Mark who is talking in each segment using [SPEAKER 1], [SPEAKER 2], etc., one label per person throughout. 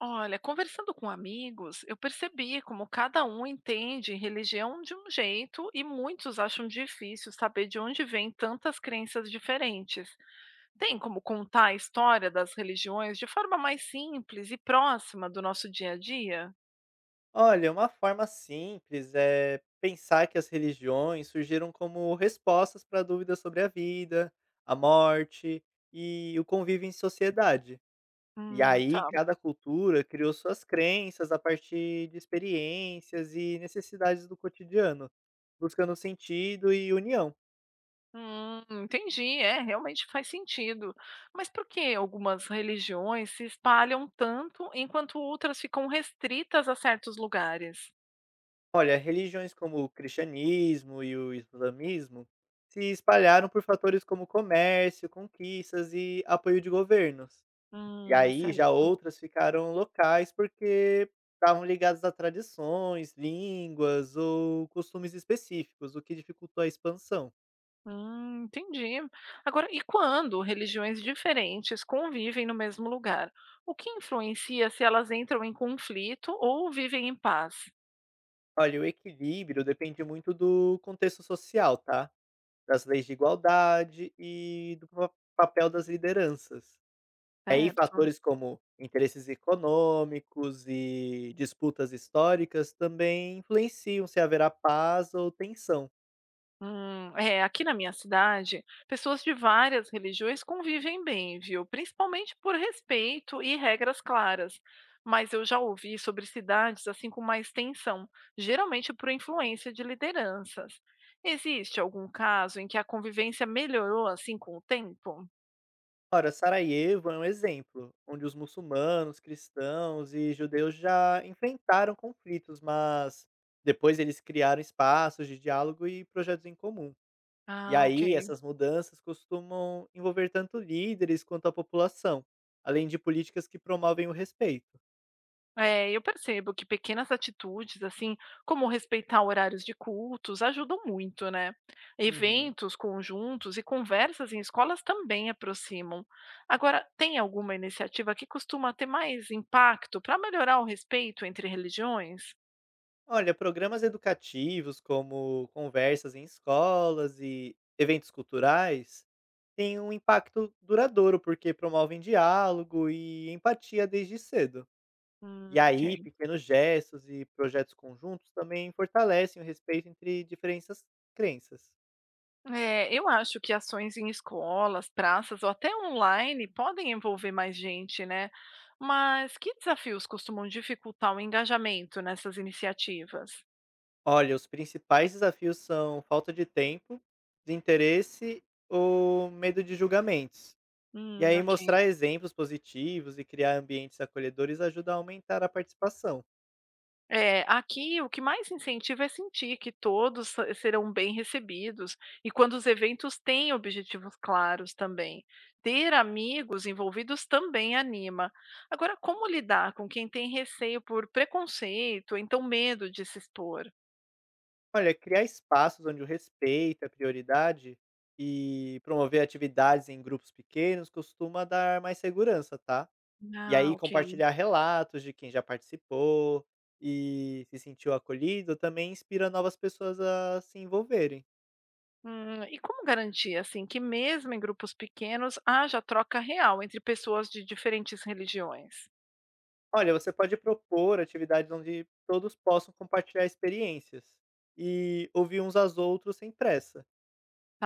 [SPEAKER 1] Olha, conversando com amigos, eu percebi como cada um entende religião de um jeito e muitos acham difícil saber de onde vêm tantas crenças diferentes. Tem como contar a história das religiões de forma mais simples e próxima do nosso dia a dia?
[SPEAKER 2] Olha, uma forma simples é pensar que as religiões surgiram como respostas para dúvidas sobre a vida, a morte e o convívio em sociedade. E aí,
[SPEAKER 1] Tá.
[SPEAKER 2] cada cultura criou suas crenças a partir de experiências e necessidades do cotidiano, buscando sentido e união.
[SPEAKER 1] Entendi, é, realmente faz sentido. Mas por que algumas religiões se espalham tanto enquanto outras ficam restritas a certos lugares?
[SPEAKER 2] Olha, religiões como o cristianismo e o islamismo se espalharam por fatores como comércio, conquistas e apoio de governos. E aí
[SPEAKER 1] Certo.
[SPEAKER 2] já outras ficaram locais, porque estavam ligadas a tradições, línguas ou costumes específicos, o que dificultou a expansão.
[SPEAKER 1] Entendi. Agora, e quando religiões diferentes convivem no mesmo lugar? O que influencia se elas entram em conflito ou vivem em paz?
[SPEAKER 2] Olha, o equilíbrio depende muito do contexto social, tá? Das leis de igualdade e do papel das lideranças. Aí
[SPEAKER 1] Certo.
[SPEAKER 2] fatores como interesses econômicos e disputas históricas também influenciam se haverá paz ou tensão.
[SPEAKER 1] É, aqui na minha cidade, pessoas de várias religiões convivem bem, viu? Principalmente por respeito e regras claras. Mas eu já ouvi sobre cidades assim com mais tensão, geralmente por influência de lideranças. Existe algum caso em que a convivência melhorou assim com o tempo?
[SPEAKER 2] Ora, Sarajevo é um exemplo, onde os muçulmanos, cristãos e judeus já enfrentaram conflitos, mas depois eles criaram espaços de diálogo e projetos em comum. E
[SPEAKER 1] Ah, ok.
[SPEAKER 2] aí, essas mudanças costumam envolver tanto líderes quanto a população, além de políticas que promovem o respeito.
[SPEAKER 1] É, eu percebo que pequenas atitudes, assim, como respeitar horários de cultos, ajudam muito, né?
[SPEAKER 2] Uhum.
[SPEAKER 1] Eventos, conjuntos e conversas em escolas também aproximam. Agora, tem alguma iniciativa que costuma ter mais impacto para melhorar o respeito entre religiões?
[SPEAKER 2] Olha, programas educativos como conversas em escolas e eventos culturais tem um impacto duradouro, porque promovem diálogo e empatia desde cedo. E
[SPEAKER 1] Ok.
[SPEAKER 2] aí, pequenos gestos e projetos conjuntos também fortalecem o respeito entre diferentes crenças.
[SPEAKER 1] É, eu acho que ações em escolas, praças ou até online podem envolver mais gente, né? Mas que desafios costumam dificultar o engajamento nessas iniciativas?
[SPEAKER 2] Olha, os principais desafios são falta de tempo, desinteresse ou medo de julgamentos. E aí,
[SPEAKER 1] Ok.
[SPEAKER 2] mostrar exemplos positivos e criar ambientes acolhedores ajuda a aumentar a participação.
[SPEAKER 1] É, aqui o que mais incentiva é sentir que todos serão bem recebidos e quando os eventos têm objetivos claros também. Ter amigos envolvidos também anima. Agora, como lidar com quem tem receio por preconceito, ou então medo de se expor?
[SPEAKER 2] Olha, criar espaços onde o respeito é prioridade e promover atividades em grupos pequenos costuma dar mais segurança, tá? E
[SPEAKER 1] Ah,
[SPEAKER 2] aí
[SPEAKER 1] ok.
[SPEAKER 2] compartilhar relatos de quem já participou e se sentiu acolhido também inspira novas pessoas a se envolverem.
[SPEAKER 1] E como garantir, assim, que mesmo em grupos pequenos haja troca real entre pessoas de diferentes religiões?
[SPEAKER 2] Olha, você pode propor atividades onde todos possam compartilhar experiências e ouvir uns aos outros sem pressa.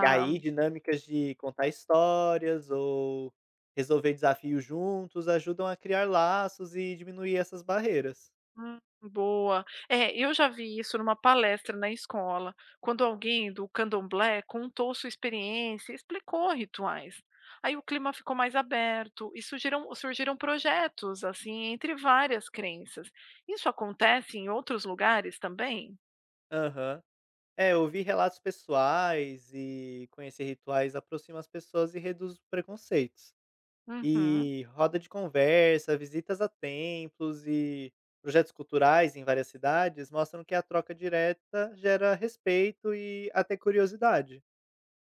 [SPEAKER 2] E aí dinâmicas de contar histórias ou resolver desafios juntos ajudam a criar laços e diminuir essas barreiras.
[SPEAKER 1] Boa. É, eu já vi isso numa palestra na escola, quando alguém do Candomblé contou sua experiência, e explicou rituais. Aí o clima ficou mais aberto e surgiram projetos, assim, entre várias crenças. Isso acontece em outros lugares também?
[SPEAKER 2] Aham. É, ouvir relatos pessoais e conhecer rituais aproxima as pessoas e reduz os preconceitos.
[SPEAKER 1] Uhum.
[SPEAKER 2] E roda de conversa, visitas a templos e projetos culturais em várias cidades mostram que a troca direta gera respeito e até curiosidade.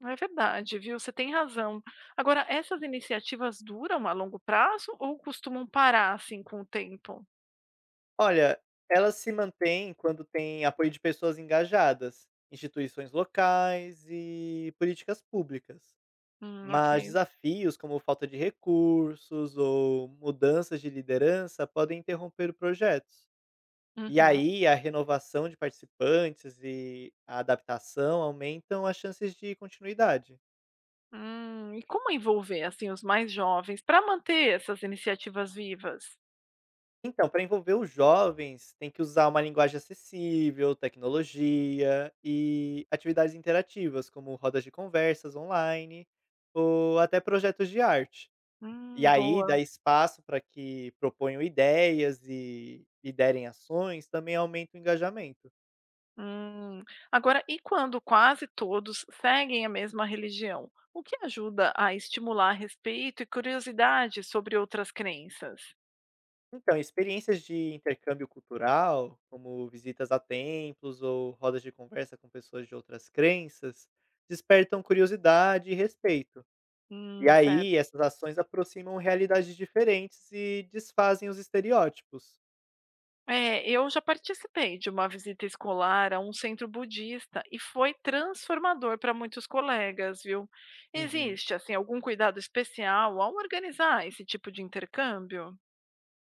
[SPEAKER 1] É verdade, viu? Você tem razão. Agora, essas iniciativas duram a longo prazo ou costumam parar assim com o tempo?
[SPEAKER 2] Olha, ela se mantém quando tem apoio de pessoas engajadas, instituições locais e políticas públicas.
[SPEAKER 1] Ok.
[SPEAKER 2] Mas desafios como falta de recursos ou mudanças de liderança podem interromper projetos. E
[SPEAKER 1] Uhum.
[SPEAKER 2] aí a renovação de participantes e a adaptação aumentam as chances de continuidade.
[SPEAKER 1] E como envolver assim os mais jovens para manter essas iniciativas vivas?
[SPEAKER 2] Então, para envolver os jovens, tem que usar uma linguagem acessível, tecnologia e atividades interativas, como rodas de conversas online ou até projetos de arte. E aí
[SPEAKER 1] Boa.
[SPEAKER 2] dá espaço para que proponham ideias e liderem ações, também aumenta o engajamento.
[SPEAKER 1] Hum. Agora, e quando quase todos seguem a mesma religião? O que ajuda a estimular respeito e curiosidade sobre outras crenças?
[SPEAKER 2] Então, experiências de intercâmbio cultural, como visitas a templos ou rodas de conversa com pessoas de outras crenças, despertam curiosidade e respeito. E
[SPEAKER 1] Certo.
[SPEAKER 2] aí, essas ações aproximam realidades diferentes e desfazem os estereótipos.
[SPEAKER 1] É, eu já participei de uma visita escolar a um centro budista e foi transformador para muitos colegas, viu?
[SPEAKER 2] Uhum.
[SPEAKER 1] Existe, assim, algum cuidado especial ao organizar esse tipo de intercâmbio?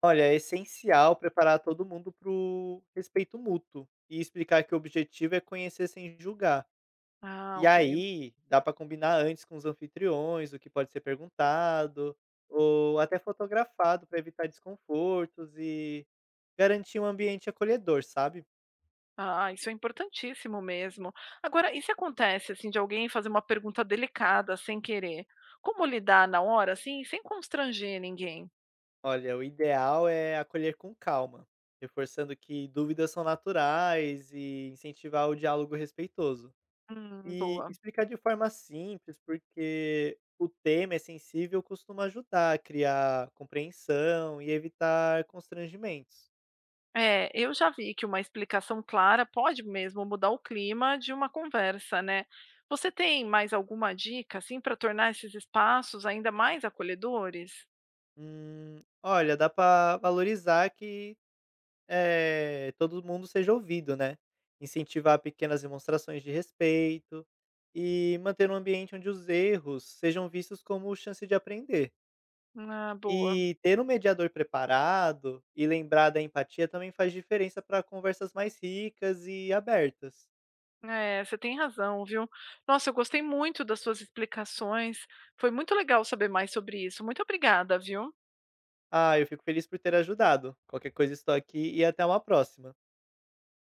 [SPEAKER 2] Olha, é essencial preparar todo mundo para o respeito mútuo e explicar que o objetivo é conhecer sem julgar.
[SPEAKER 1] Ah,
[SPEAKER 2] E
[SPEAKER 1] ok.
[SPEAKER 2] aí, dá para combinar antes com os anfitriões o que pode ser perguntado ou até fotografado para evitar desconfortos e garantir um ambiente acolhedor, sabe?
[SPEAKER 1] Ah, isso é importantíssimo mesmo. Agora, e se acontece, assim, de alguém fazer uma pergunta delicada sem querer? Como lidar na hora, assim, sem constranger ninguém?
[SPEAKER 2] Olha, o ideal é acolher com calma, reforçando que dúvidas são naturais e incentivar o diálogo respeitoso. E
[SPEAKER 1] Boa.
[SPEAKER 2] explicar de forma simples, porque o tema é sensível, costuma ajudar a criar compreensão e evitar constrangimentos.
[SPEAKER 1] É, eu já vi que uma explicação clara pode mesmo mudar o clima de uma conversa, né? Você tem mais alguma dica, assim, para tornar esses espaços ainda mais acolhedores?
[SPEAKER 2] Olha, dá para valorizar que todo mundo seja ouvido, né. Incentivar pequenas demonstrações de respeito e manter um ambiente onde os erros sejam vistos como chance de aprender.
[SPEAKER 1] Ah, boa.
[SPEAKER 2] E ter um mediador preparado e lembrar da empatia também faz diferença para conversas mais ricas e abertas.
[SPEAKER 1] É, você tem razão, viu? Nossa, eu gostei muito das suas explicações. Foi muito legal saber mais sobre isso. Muito obrigada, viu?
[SPEAKER 2] Ah, eu fico feliz por ter ajudado. Qualquer coisa estou aqui e até uma próxima.